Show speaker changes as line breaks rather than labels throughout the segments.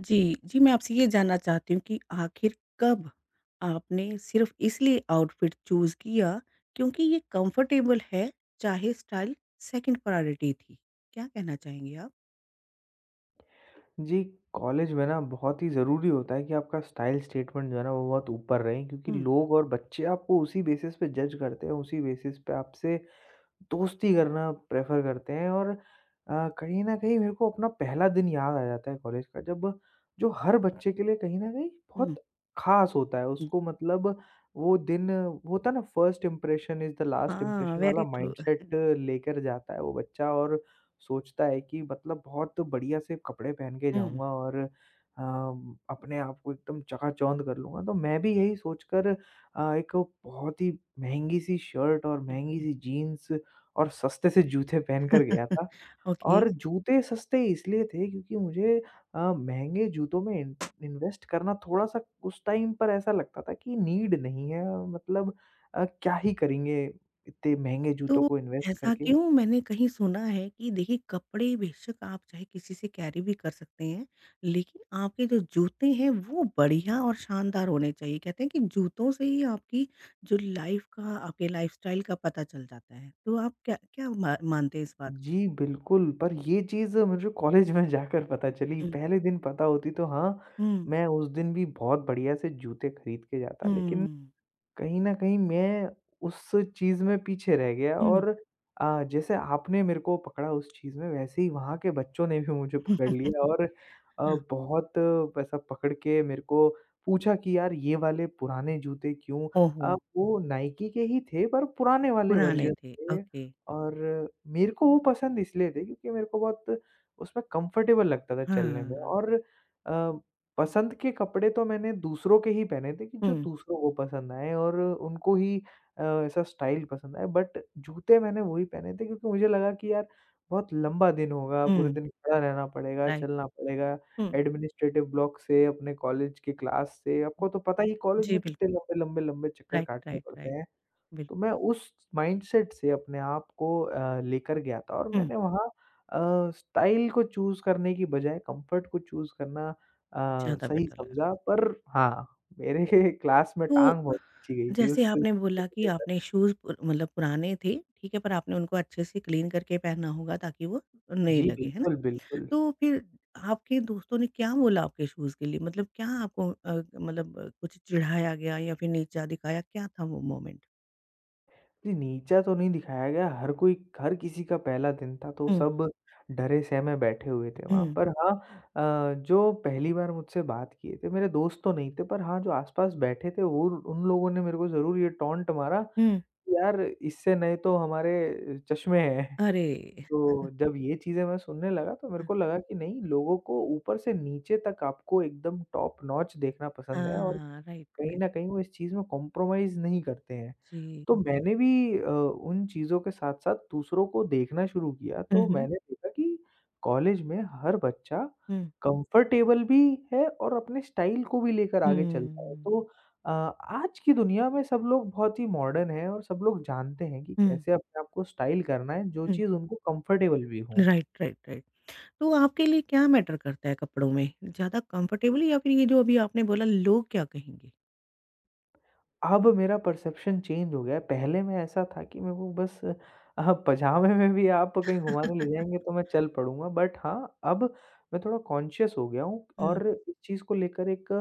जी, जी, मैं आपसे ये जानना चाहती हूँ कि आखिर कब आपने सिर्फ़ इसलिए आउटफिट चूज़ किया क्योंकि ये कंफर्टेबल है, चाहे स्टाइल सेकंड प्रायोरिटी थी? क्या कहना चाहेंगे आप?
जी, कॉलेज में ना बहुत ही ज़रूरी होता है कि आपका स्टाइल स्टेटमेंट जो है ना वो बहुत ऊपर रहे क्योंकि
हुँ,
लोग और बच्चे आपको उसी बेसिस पे जज करते हैं, उसी बेसिस पे आपसे दोस्ती करना प्रेफ़र करते हैं और कहीं न कहीं मेरे को अपना पहला दिन याद आ जाता है कॉलेज का जब जो हर बच्चे के लिए कहीं न कहीं बहुत
हुँ,
ख़ास होता है।
हुँ।
उसको मतलब वो दिन वो होता है ना first impression is the last
हाँ,
इम्प्रेशन
वेरी
वाला
ट्रू।
माइंडसेट लेकर जाता है वो बच्चा और सोचता है कि मतलब बहुत बढ़िया से कपड़े पहन के
हुँ,
जाऊँगा और अ, अपने आप को एकदम चकाचौंध कर लूँगा। तो मैं भी यही सोचकर एक बहुत ही महँगी-सी शर्ट और
हुँ।
महँगी-सी जीन्स और सस्ते से जूते पहन कर गया था
ओके।
और जूते सस्ते इसलिए थे क्योंकि मुझे महँगे जूतों में इन इन्वेस्ट करना थोड़ा-सा उस टाइम पर ऐसा लगता था कि नीड नहीं है मतलब क्या ही करेंगे इतने महँगे जूतों
तो
को इन्वेस्ट
ऐसा
करके।
क्यों? मैंने कहीं सुना है कि देखिए कपड़े बेशक आप चाहे किसी से कैरी भी कर सकते हैं, लेकिन आपके जो जूते हैं वो बढ़िया और शानदार होने चाहिए। कहते हैं कि जूतों से ही आपकी जो लाइफ़ का आपके लाइफ़स्टाइल का पता चल जाता है। तो आप क्या क्या मा मानते हैं इस बात को?
जी, बिल्कुल, पर ये चीज़ मुझे कॉलेज में जाकर पता चली,
हुँ,
पहले दिन पता होती तो हाँ,
हुँ,
मैं उस दिन भी बहुत बढ़िया से जूते खरीद के जाता, लेकिन कहीं न कहीं मैं उस चीज़ में पीछे रह गया
हुँ।
और जैसे आपने मेरे को पकड़ा उस चीज़ में वैसे ही वहाँ के बच्चों ने भी मुझे पकड़ लिया और
हाँ,
बहुत वैसा पकड़ के मेरे को पूछा कि यार ये वाले पुराने जूते क्यों?
ओहो!
वो नाइकी के ही थे पर पुराने वाले
पुराने
वर्ज़न
थे,
थे
ओके।
और मेरे को वो पसंद इसलिए थे क्योंकि मेरे को बहुत उसमें कंफर्टेबल लगता था चलने में
हाँ,
और अ पसंद के कपड़े तो मैंने दूसरों के ही पहने थे कि जो
हुँ,
दूसरों को पसंद आएँ और उनको ही ऐसा स्टाइल पसंद आए। बट जूते मैंने वही पहने थे क्योंकि मुझे लगा कि यार बहुत लंबा दिन होगा, पूरे
हुँ,
दिन खड़ा रहना पड़ेगा,
राइट,
चलना पड़ेगा,
हुँ।
एडमिनिस्ट्रेटिव ब्लॉक से, अपने कॉलेज के क्लास से, आपको तो पता ही कॉलेज
जी,
में
बिल्कुल,
कितने लंबे-लंबे लंबे लंबे चक्कर
राइट,
काटने
राइट,
पड़ते
राइट,
हैं। तो
बिल्कुल।
मैं उस माइंडसेट से अपने आप को लेकर गया था और
हुँ।
मैंने वहाँ स्टाइल को चूज़ करने की बजाय कंफर्ट को चूज़ करना
ज़्यादा
सही
बेटर लगा।
समझा पर हाँ, मेरे क्लास में
तो
टाँग बहुत खींची गई थी
जैसे
उस चीज़
आपने
को
बोला कि
लेकर।
आपने शूज़ पुर मतलब पुराने थे, ठीक है, पर आपने उनको अच्छे से क्लीन करके पहनना होगा ताकि वो नए
जी,
लगे, है ना?
बिल्कुल, बिल्कुल।
तो फिर आपके दोस्तों ने क्या बोला आपके शूज़ के लिए? मतलब क्या आपको मतलब कुछ चिढ़ाया गया या फिर नीचा दिखाया, क्या था वो मोमेंट?
जी, नीचा तो नहीं दिखाया गया, हर कोई हर किसी का पहला दिन था, तो
हुँ,
सब डरे-सहमे बैठे हुए थे वहाँ।
हुँ,
पर हाँ जो पहली बार मुझसे बात किए थे, मेरे दोस्त तो नहीं थे, पर हाँ, जो आस-पास बैठे थे, वो उन लोगों ने मेरे को ज़रूर ये टॉन्ट मारा कि,
हुँ।
"यार, इससे नए तो हमारे चश्मे हैं।"
अरे!
तो जब ये चीज़ें मैं सुनने लगा, तो मेरे
अ,
को लगा कि नहीं, लोगों को ऊपर से नीचे तक आपको एकदम टॉप नॉच देखना पसंद है और
हाँ, राइट,
कहीं
राइट।
न कहीं वो इस चीज़ में कॉम्प्रोमाइज़ नहीं करते हैं।
जी।
तो मैंने भी उन चीज़ों के साथ-साथ दूसरों को देखना शुरू किया,
हुँ,
तो
हुँ,
मैंने देखा कि कॉलेज में हर बच्चा
हुँ।
कंफर्टेबल भी है और अपने स्टाइल को भी लेकर आगे चलता है।
हुँ।
तो आज की दुनिया में सब लोग बहुत ही मॉडर्न हैं और सब लोग जानते हैं कि
हुँ,
कैसे अपने आप को स्टाइल करना है, जो
हुँ।
चीज़ उनको कंफर्टेबल भी हो।
Right, right, right. तो आपके लिए क्या मैटर करता है कपड़ों में? ज़्यादा कंफर्टेबल या फिर ये जो अभी आपने बोला लोग क्या कहेंगे?
अब मेरा परसेप्शन चेंज हो गया है। पहले मैं ऐसा था कि मेरे को बस पजामे में भी आप कहीं घुमाने ले जाएँगे तो मैं चल पड़ूँगा। बट हाँ, अब मैं थोड़ा कॉन्शियस हो गया हूँ
हुँ।
और इस चीज़ को लेकर एक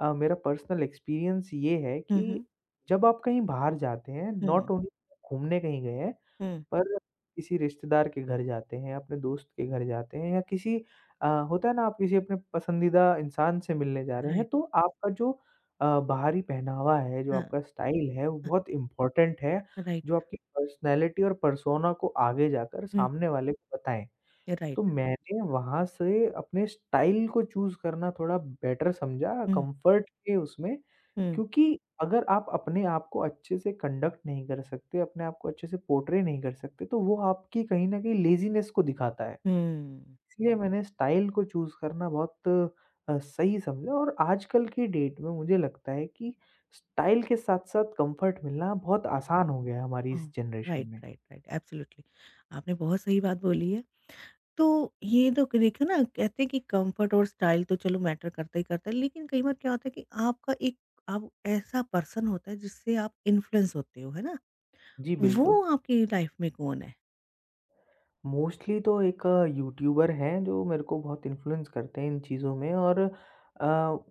मेरा पर्सनल एक्सपीरियंस ये है
हुँ, हुँ।
कि जब आप कहीं बाहर जाते हैं,
हुँ,
नॉट ओनली घूमने कहीं गए हैं,
हुँ।
पर किसी रिश्तेदार के घर जाते हैं, अपने दोस्त के घर जाते हैं या किसी होता है ना आप किसी अपने पसंदीदा इंसान से मिलने जा रहे हैं,
राइट।
तो आपका जो बाहरी पहनावा है, जो
हाँ,
आपका स्टाइल है, वो
अ,
बहुत इम्पोर्टेंट है,
राइट।
जो आपकी पर्सनैलिटी और पर्सोना को आगे जाकर
हुँ,
सामने वाले को बताएँ। तो
राइट।
मैंने वहाँ से अपने स्टाइल को चूज़ करना थोड़ा बेटर समझा,
हुँ,
कम्फर्ट के उसमें
हुँ,
क्योंकि अगर आप अपने आप को अच्छे से कंडक्ट नहीं कर सकते, अपने आप को अच्छे से पोर्ट्रे नहीं कर सकते, तो वो आपकी कहीं न कहीं लेज़ीनेस को दिखाता है।
हुँ।
इसलिए मैंने स्टाइल को चूज़ करना बहुत सही समझा और आजकल की डेट में मुझे लगता है कि स्टाइल के साथ-साथ कम्फर्ट मिलना बहुत आसान हो गया है हमारी इस
हाँ,
जनरेशन
राइट,
में।
Right, right. एब्सोल्युटली। आपने बहुत सही बात बोली है। तो ये तो देखो ना कहते हैं कि कंफर्ट और स्टाइल तो चलो मैटर करता ही करता है, लेकिन कई बार क्या होता है कि आपका एक आप ऐसा पर्सन होता है जिससे आप इन्फ्लुएंस होते हो, है ना?
जी, बिल्कुल।
वो आपकी लाइफ में कौन है?
मोस्टली तो एक यूट्यूबर हैं जो मेरे को बहुत इन्फ्लुएंस करते हैं इन चीज़ों में और अ,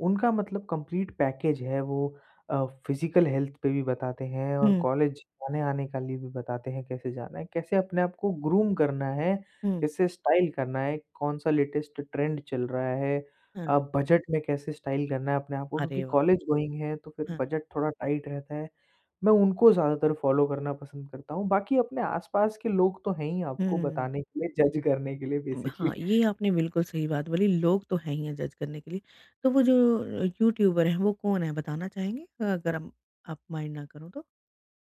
उनका मतलब कंप्लीट पैकेज है वो फिज़िकल हेल्थ पे भी बताते हैं और
हुँ,
कॉलेज आने-आने का लिए भी बताते हैं कैसे जाना है, कैसे अपने आप को ग्रूम करना है,
हुँ,
कैसे स्टाइल करना है, कौन-सा लेटेस्ट ट्रेंड चल रहा है,
हाँ।
बजट में कैसे स्टाइल करना है अपने आप को
अरे
क्योंकि
वाह!
कॉलेज गोइंग है तो फिर
हाँ।
बजट थोड़ा टाइट रहता है। मैं उनको ज़्यादातर फ़ॉलो करना पसंद करता हूँ, बाकी अपने आस-पास के लोग तो हैं ही आपको
हुँ।
बताने के लिए, जज करने के लिए बेसिकली।
हाँ, ये आपने बिल्कुल सही बात बोली, लोग तो हैं ही हैं जज करने के लिए। तो वो जो यूट्यूबर हैं, वो कौन है बताना चाहेंगे? अगर हम आप माइंड ना करो तो?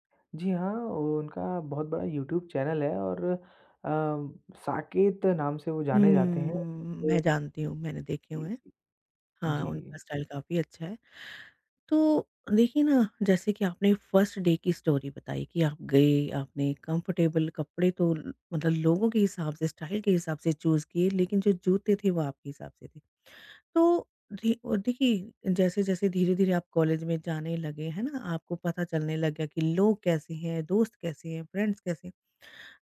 जी हाँ, उनका बहुत बड़ा यूट्यूब चैनल है और साकेत नाम से वो जाने जाते
हुँ।
हैं।
मैं जानती हूँ, मैंने देखे हुए हैं। हाँ,
जी।
उनका स्टाइल काफ़ी अच्छा है। तो देखिए ना, जैसे कि आपने फर्स्ट डे की स्टोरी बताई कि आप गए, आपने कंफर्टेबल कपड़े तो मतलब लोगों के हिसाब से, स्टाइल के हिसाब से चूज़ किए, लेकिन जो जूते थे वो आपके हिसाब से थे। तो देखिए, जैसे-जैसे धीरे-धीरे आप कॉलेज में जाने लगे, है ना? आपको पता चलने लग गया कि लोग कैसे हैं, दोस्त कैसे हैं, फ्रेंड्स कैसे हैं।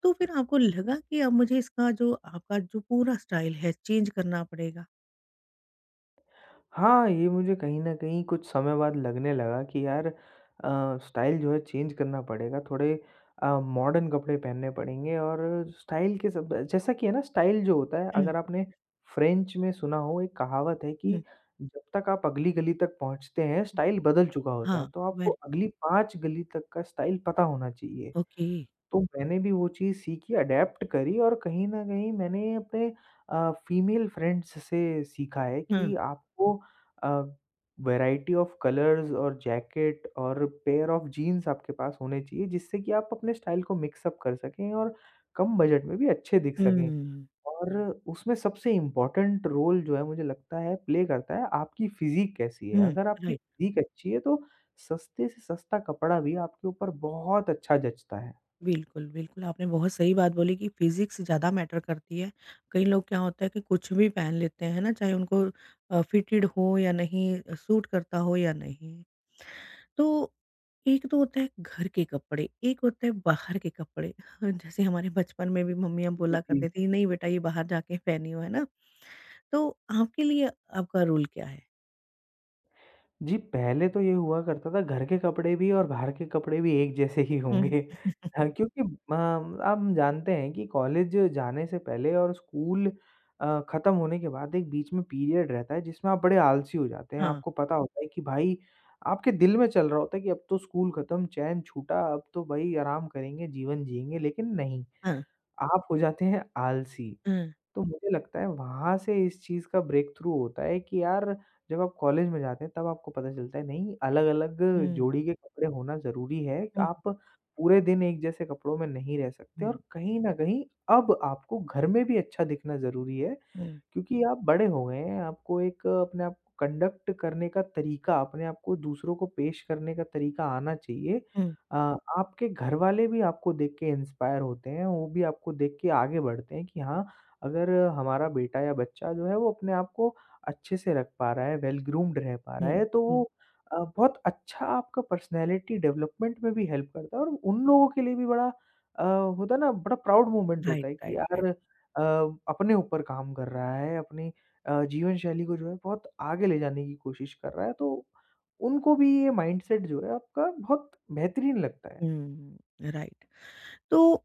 तो फिर आपको लगा कि अब मुझे इसका जो आपका जो पूरा स्टाइल है, चेंज करना पड़ेगा?
हाँ, ये मुझे कहीं न कहीं कुछ समय बाद लगने लगा कि यार स्टाइल जो है चेंज करना पड़ेगा, थोड़े मॉडर्न कपड़े पहनने पड़ेंगे और स्टाइल के सब जैसा कि है ना स्टाइल जो होता है
हुँ,
अगर आपने फ्रेंच में सुना हो एक कहावत है
हुँ,
कि जब तक आप अगली गली तक पहुँचते हैं,
हुँ।
स्टाइल बदल चुका होता है।
हाँ,
तो आपको
वेरी
अगली 5 गली तक का स्टाइल पता होना चाहिए।
ओके।
तो मैंने भी वो चीज़ सीखी, अडैप्ट करी और कहीं न कहीं मैंने अपने फीमेल फ्रेंड्स से सीखा है
हाँ।
कि आपको अ, वैरायटी ऑफ कलर्स और जैकेट और पेयर ऑफ जीन्स आपके पास होने चाहिए, जिससे कि आप अपने स्टाइल को मिक्स अप कर सकें और कम बजट में भी अच्छे दिख सकें।
हुँ,
और उसमें सबसे इम्पोर्टेंट रोल जो है मुझे लगता है प्ले करता है आपकी फ़िज़ीक कैसी है?
हुँ।
अगर आपकी
राइट।
फ़िज़ीक अच्छी है तो सस्ते से सस्ता कपड़ा भी आपके ऊपर बहुत अच्छा जचता है।
बिल्कुल, बिल्कुल, आपने बहुत सही बात बोली कि फिज़िक्स ज़्यादा मैटर करती है। कई लोग क्या होता है कि कुछ भी पहन लेते हैं, है ना? चाहे उनको फिटेड हो या नहीं, सूट करता हो या नहीं। तो एक तो होता है घर के कपड़े, एक होता है बाहर के कपड़े। हाँ, जैसे हमारे बचपन में भी मम्मियाँ
जी,
बोला
जी।
करती थी, "नहीं बेटा ये बाहर जाके पहनियो" है ना? तो आपके लिए आपका रूल क्या है?
जी, पहले तो ये हुआ करता था घर के कपड़े भी और बाहर के कपड़े भी एक जैसे ही
हुँ।
होंगे। हाँ, क्योंकि अ, हम जानते हैं कि कॉलेज जाने से पहले और स्कूल ख़त्म होने के बाद एक बीच में पीरियड रहता है जिसमें आप बड़े आलसी हो जाते हैं।
हाँ,
आपको पता होता है कि भाई आपके दिल में चल रहा होता है कि अब तो स्कूल ख़त्म, चैन छूटा, अब तो भाई आराम करेंगे, जीवन जिएँगे लेकिन नहीं,
हाँ, हाँ।
आप हो जाते हैं आलसी।
हुँ,
तो मुझे लगता है वहाँ से इस चीज़ का ब्रेक थ्रू होता है कि यार जब आप कॉलेज में जाते हैं तब आपको पता चलता है नहीं अलग-अलग
हुँ,
जोड़ी के कपड़े होना ज़रूरी है।
हुँ,
आप पूरे दिन एक जैसे कपड़ों में नहीं रह सकते
हुँ,
और कहीं न कहीं अब आपको घर में भी अच्छा दिखना ज़रूरी है।
हुँ,
क्योंकि आप बड़े हो गए हैं, आपको एक अपने आप को कंडक्ट करने का तरीका, अपने आप को दूसरों को पेश करने का तरीका आना चाहिए।
हुँ,
अ, आपके घरवाले भी आपको देख के इंस्पायर होते हैं, वो भी आपको देख के आगे बढ़ते हैं कि हाँ, अगर हमारा बेटा या बच्चा जो है वो अपने आप को अच्छे से रख पा रहा है, वेल ग्रूम्ड रह पा रहा है, तो
हुँ।
वो बहुत अच्छा आपका पर्सनैलिटी डेवलपमेंट में भी हेल्प करता है और उन लोगों के लिए भी बड़ा होता है ना, बड़ा प्राउड मोमेंट
राइट,
होता है कि
राइट,
यार
राइट।
अ, अपने ऊपर काम कर रहा है, अपनी जीवन शैली को जो है बहुत आगे ले जाने की कोशिश कर रहा है, तो उनको भी ये माइंडसेट जो है आपका बहुत बेहतरीन लगता है।
हुँ, राइट। तो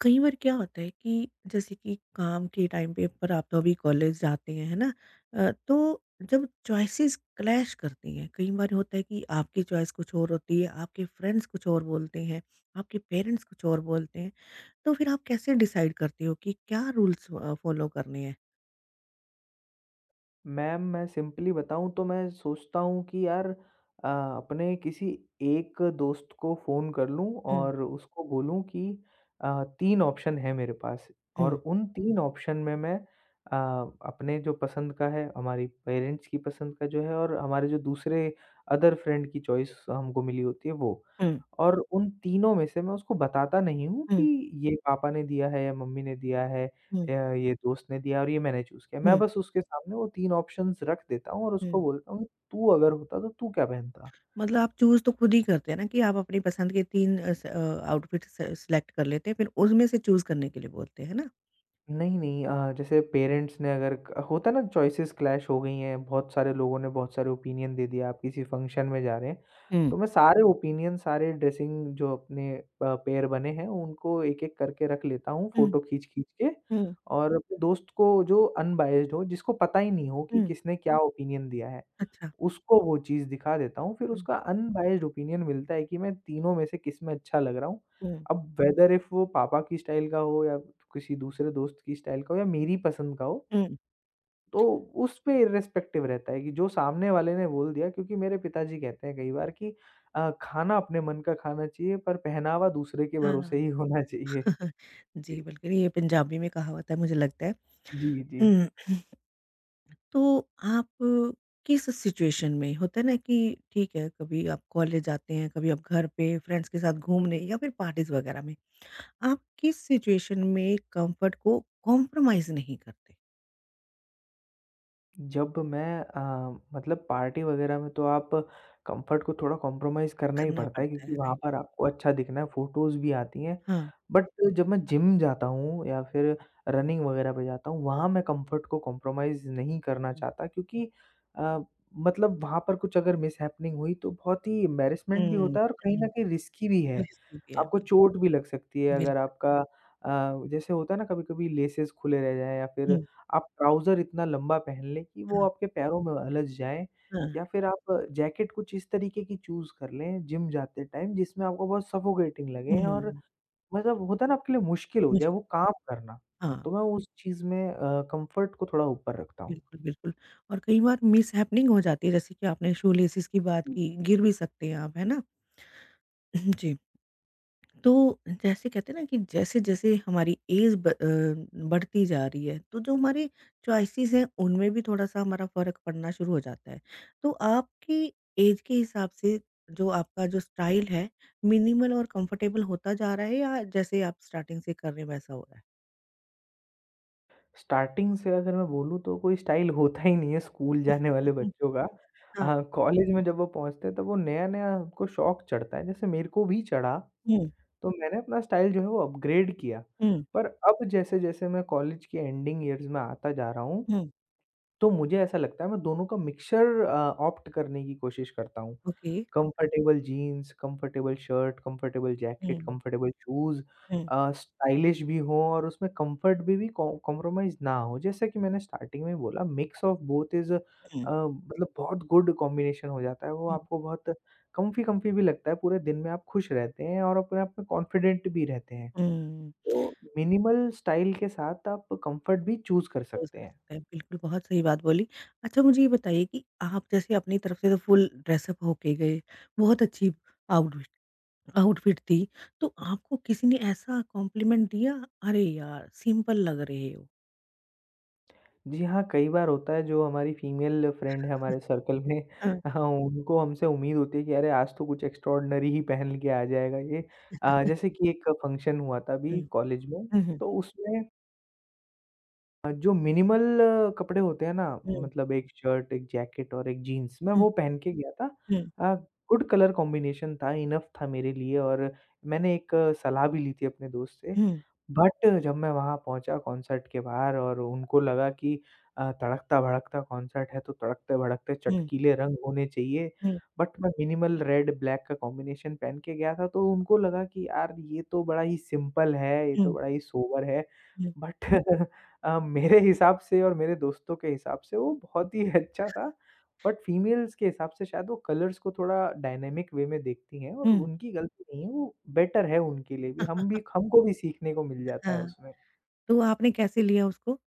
कई बार क्या होता है कि जैसे कि काम के टाइम पे पर आप तो अभी कॉलेज जाते हैं है ना तो जब चॉइसेस क्लैश करती हैं कई बार होता है कि आपकी चॉइस कुछ और होती है आपके फ्रेंड्स कुछ और बोलते हैं आपके पेरेंट्स कुछ और बोलते हैं तो फिर आप कैसे डिसाइड करते हो कि क्या रूल्स फॉलो करने हैं।
मैम, मैं सिंपली बताऊँ तो मैं सोचता हूँ कि यार अपने किसी एक दोस्त को फ़ोन कर लूँ
हम्म,
और उसको बोलूँ कि 3 ऑप्शन है मेरे पास और
हम्म,
उन 3 ऑप्शन में मैं अपने जो पसंद का है, हमारी पेरेंट्स की पसंद का जो है और हमारे जो दूसरे अदर फ्रेंड की चॉइस हमको मिली होती है वो।
हम्म,
और उन तीनों में से मैं उसको बताता नहीं हूँ कि
हम्म,
ये पापा ने दिया है या मम्मी ने दिया है
हम्म,
ये दोस्त ने दिया और ये मैंने चूज़ किया। मैं
हम्म,
बस उसके सामने वो 3 ऑप्शंस रख देता हूँ और उसको
हम्म।
बोलता हूँ, "तू अगर होता तो तू क्या पहनता?"
मतलब आप चूज तो खुद ही करते हैं ना कि आप अपनी पसंद के तीन आउटफिट सेलेक्ट कर लेते हैं फिर उसमें से चूज करने के लिए बोलते हैं है ना।
नहीं, नहीं जैसे पेरेंट्स ने अगर क होता है ना चॉइसेस क्लैश हो गई हैं, बहुत सारे लोगों ने बहुत सारे ओपिनियन दे दिया, आप किसी फंक्शन में जा रहे हैं, तो मैं सारे ओपिनियन, सारे ड्रेसिंग जो अपने पेयर बने हैं, उनको एक-एक करके रख लेता हूँ,
हम्म।
फ़ोटो खींच-खींच के
हुँ,
और अपने दोस्त को जो अनबायस्ड हो, जिसको पता ही नहीं हो कि
हुँ।
किसने क्या ओपिनियन दिया है।
अच्छा।
उसको वो चीज़ दिखा देता हूँ, फिर
हुँ,
उसका अनबायस्ड ओपिनियन मिलता है कि मैं तीनों में से किस में अच्छा लग रहा हूँ।
हुँ,
अब वेदर इफ वो पापा की स्टाइल का हो या किसी दूसरे दोस्त की स्टाइल का हो या मेरी पसंद का हो,
हुँ।
तो उस पे इर्रेस्पेक्टिव रहता है कि जो सामने वाले ने बोल दिया, क्योंकि मेरे पिताजी कहते हैं कई बार कि खाना अपने मन का खाना चाहिए, पर पहनावा दूसरे के भरोसे
हाँ।
ही होना चाहिए।
जी, बिल्कुल, ये पंजाबी में कहावत है मुझे लगता है।
जी, जी।
हुँ, तो आप किस सिचुएशन में होता है ना कि ठीक है, कभी आप कॉलेज जाते हैं, कभी आप घर पे फ्रेंड्स के साथ घूमने या फिर पार्टीज़ वगैरह में, आप किस सिचुएशन में कम्फर्ट को कॉम्प्रोमाइज़ नहीं करते?
जब मैं मतलब पार्टी वगैरह में, तो आप कंफर्ट को थोड़ा कॉम्प्रोमाइज़ करना ही
करना
पड़ता है,
पड़ता है,
क्योंकि वहाँ
राइट?
पर आपको अच्छा दिखना है, फोटोज़ भी आती हैं।
हाँ।
बट जब मैं जिम जाता हूँ या फिर रनिंग वगैरह पे जाता हूँ, वहाँ मैं कंफर्ट को कॉम्प्रोमाइज़ नहीं करना
हुँ,
चाहता, क्योंकि अ, मतलब वहाँ पर कुछ अगर मिसहैपनिंग हुई तो बहुत ही एम्बैरेसमेंट भी
हुँ,
होता है, और कहीं
हुँ,
न कहीं रिस्की भी है।
रिस्की भी है,
आपको
बिल्कुल,
चोट भी लग सकती है अगर
बिल्कुल।
आपका जैसे होता है ना, कभी-कभी लेसेस खुले रह जाएँ, या फिर
हुँ,
आप ट्राउज़र इतना लंबा पहन लें कि वो
हाँ,
आपके पैरों में उलझ जाए,
हाँ।
या फिर आप जैकेट कुछ इस तरीके की चूज़ कर लें जिम जाते टाइम, जिसमें आपको बहुत सफोकेटिंग लगे, और
हुँ,
मतलब होता है ना, आपके लिए मुश्किल हो जाए
मुश्किल
वो काम करना। तो
हाँ।
मैं उस चीज़ में कम्फ़र्ट को थोड़ा ऊपर रखता हूँ।
बिल्कुल, बिल्कुल, और कई बार मिसहैपनिंग हो जाती है, जैसे कि आपने शू लेसिस की बात की, गिर भी सकते हैं आप, है ना? जी। तो जैसे कहते हैं ना कि जैसे-जैसे हमारी एज बढ़ती जा रही है, तो जो हमारे चॉइसेस हैं, उनमें भी थोड़ा-सा हमारा फ़र्क पड़ना शुरू हो जाता है। तो आपकी एज के हिसाब से जो आपका जो स्टाइल है, मिनिमल और कंफर्टेबल होता जा रहा है या जैसे आप स्टार्टिंग से कर रहे हैं, वैसा हो रहा है?
स्टार्टिंग से अगर मैं बोलूँ, तो कोई स्टाइल होता ही नहीं है स्कूल जाने
हुँ,
वाले
हुँ।
बच्चों का।
हाँ।
हाँ, कॉलेज में जब वो पहुँचते हैं, तब वो नया-नया उनको शौक चढ़ता है, जैसे मेरे को भी चढ़ा।
हुँ,
तो मैंने अपना स्टाइल जो है वो अपग्रेड किया।
हुँ,
पर अब जैसे-जैसे मैं कॉलेज के एंडिंग ईयर्स में आता जा रहा हूँ,
हुँ।
तो मुझे ऐसा लगता है मैं दोनों का मिक्सचर ऑप्ट करने की कोशिश करता हूँ।
Okay.
Comfortable jeans, comfortable shirt, comfortable jacket,
हुँ,
कंफर्टेबल शूज़,
हुँ,
स्टाइलिश भी हो और उसमें कंफर्ट भी कॉ कॉम्प्रोमाइज़ ना हो। जैसे कि मैंने स्टार्टिंग में बोला, मिक्स ऑफ बोथ इज़
हुँ।
मतलब बहुत गुड कॉम्बिनेशन हो जाता है। वो आपको बहुत कम्फ़ी कम्फ़ी भी लगता है, पूरे दिन में आप खुश रहते हैं और अपने आप में कॉन्फिडेंट भी रहते हैं।
हुँ,
तो मिनिमल स्टाइल के साथ आप कंफर्ट भी चूज़ कर
यूज़
सकते
कर
हैं।
सकते हैं, बिल्कुल बहुत सही बात बोली। अच्छा मुझे ये बताइए कि आप जैसे अपनी तरफ से तो फुल ड्रेसअप होके गए, बहुत अच्छी आउटफिट आउटफिट थी, तो आपको किसी ने ऐसा कॉम्प्लीमेंट दिया, "अरे यार, सिंपल लग रहे हो।"
जी हाँ, कई बार होता है, जो हमारी फीमेल फ्रेंड है हमारे सर्कल में।
हाँ,
हाँ, उनको हमसे उम्मीद होती है कि अरे आज तो कुछ एक्स्ट्राऑर्डिनरी ही पहन के आ जाएगा ये। जैसे कि एक फंक्शन हुआ था
हुँ,
अभी कॉलेज में,
हुँ, हुँ,
तो उसमें जो मिनिमल कपड़े होते हैं ना,
हुँ,
मतलब एक शर्ट, एक जैकेट और एक जीन्स, मैं
हुँ,
वो पहन के गया था।
हुँ,
अ, गुड कलर कॉम्बिनेशन था, इनफ था मेरे लिए, और मैंने एक सलाह भी ली थी अपने दोस्त से।
हुँ,
बट जब मैं वहाँ पहुँचा कॉन्सर्ट के बाहर, और उनको लगा कि तड़कता-भड़कता कॉन्सर्ट है, तो तड़कते-भड़कते
हुँ,
चटकीले रंग होने चाहिए।
हुँ,
बट मैं मिनिमल रेड ब्लैक का कॉम्बिनेशन पहन के गया था, तो उनको लगा कि यार, ये तो बड़ा ही सिंपल है, ये
हुँ,
तो बड़ा ही सोबर है।
हुँ,
बट मेरे हिसाब से और मेरे दोस्तों के हिसाब से वो बहुत ही अच्छा था। बट फीमेल्स के हिसाब से शायद वो कलर्स को थोड़ा डायनामिक वे में देखती हैं, और
हुँ।
उनकी गलती नहीं है, वो बेटर है उनके लिए भी। हम भी, हमको भी सीखने को मिल जाता है
हाँ,
उसमें।
तो आपने कैसे लिया उसको?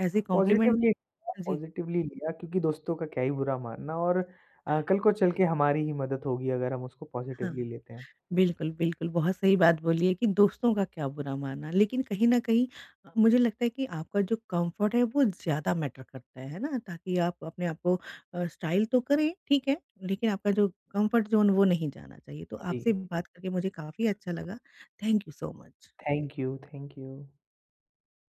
As a compliment?
पॉज़िटिवली।
हाँ जी,
पॉज़िटिवली लिया, क्योंकि दोस्तों का क्या ही बुरा मानना, और कल को चल के हमारी ही मदद होगी अगर हम उसको
हाँ।
पॉज़िटिवली लेते हैं।
बिल्कुल, बिल्कुल, बहुत सही बात बोली है कि दोस्तों का क्या बुरा मानना। लेकिन कहीं न कहीं मुझे लगता है कि आपका जो कम्फ़र्ट है वो ज़्यादा मैटर करता है ना? ताकि आप अपने आप को स्टाइल तो करें, ठीक है, लेकिन आपका जो कम्फ़र्ट ज़ोन वो नहीं जाना चाहिए। तो
जी।
आपसे बात करके मुझे काफ़ी अच्छा लगा। Thank you so much.
Thank you, thank you.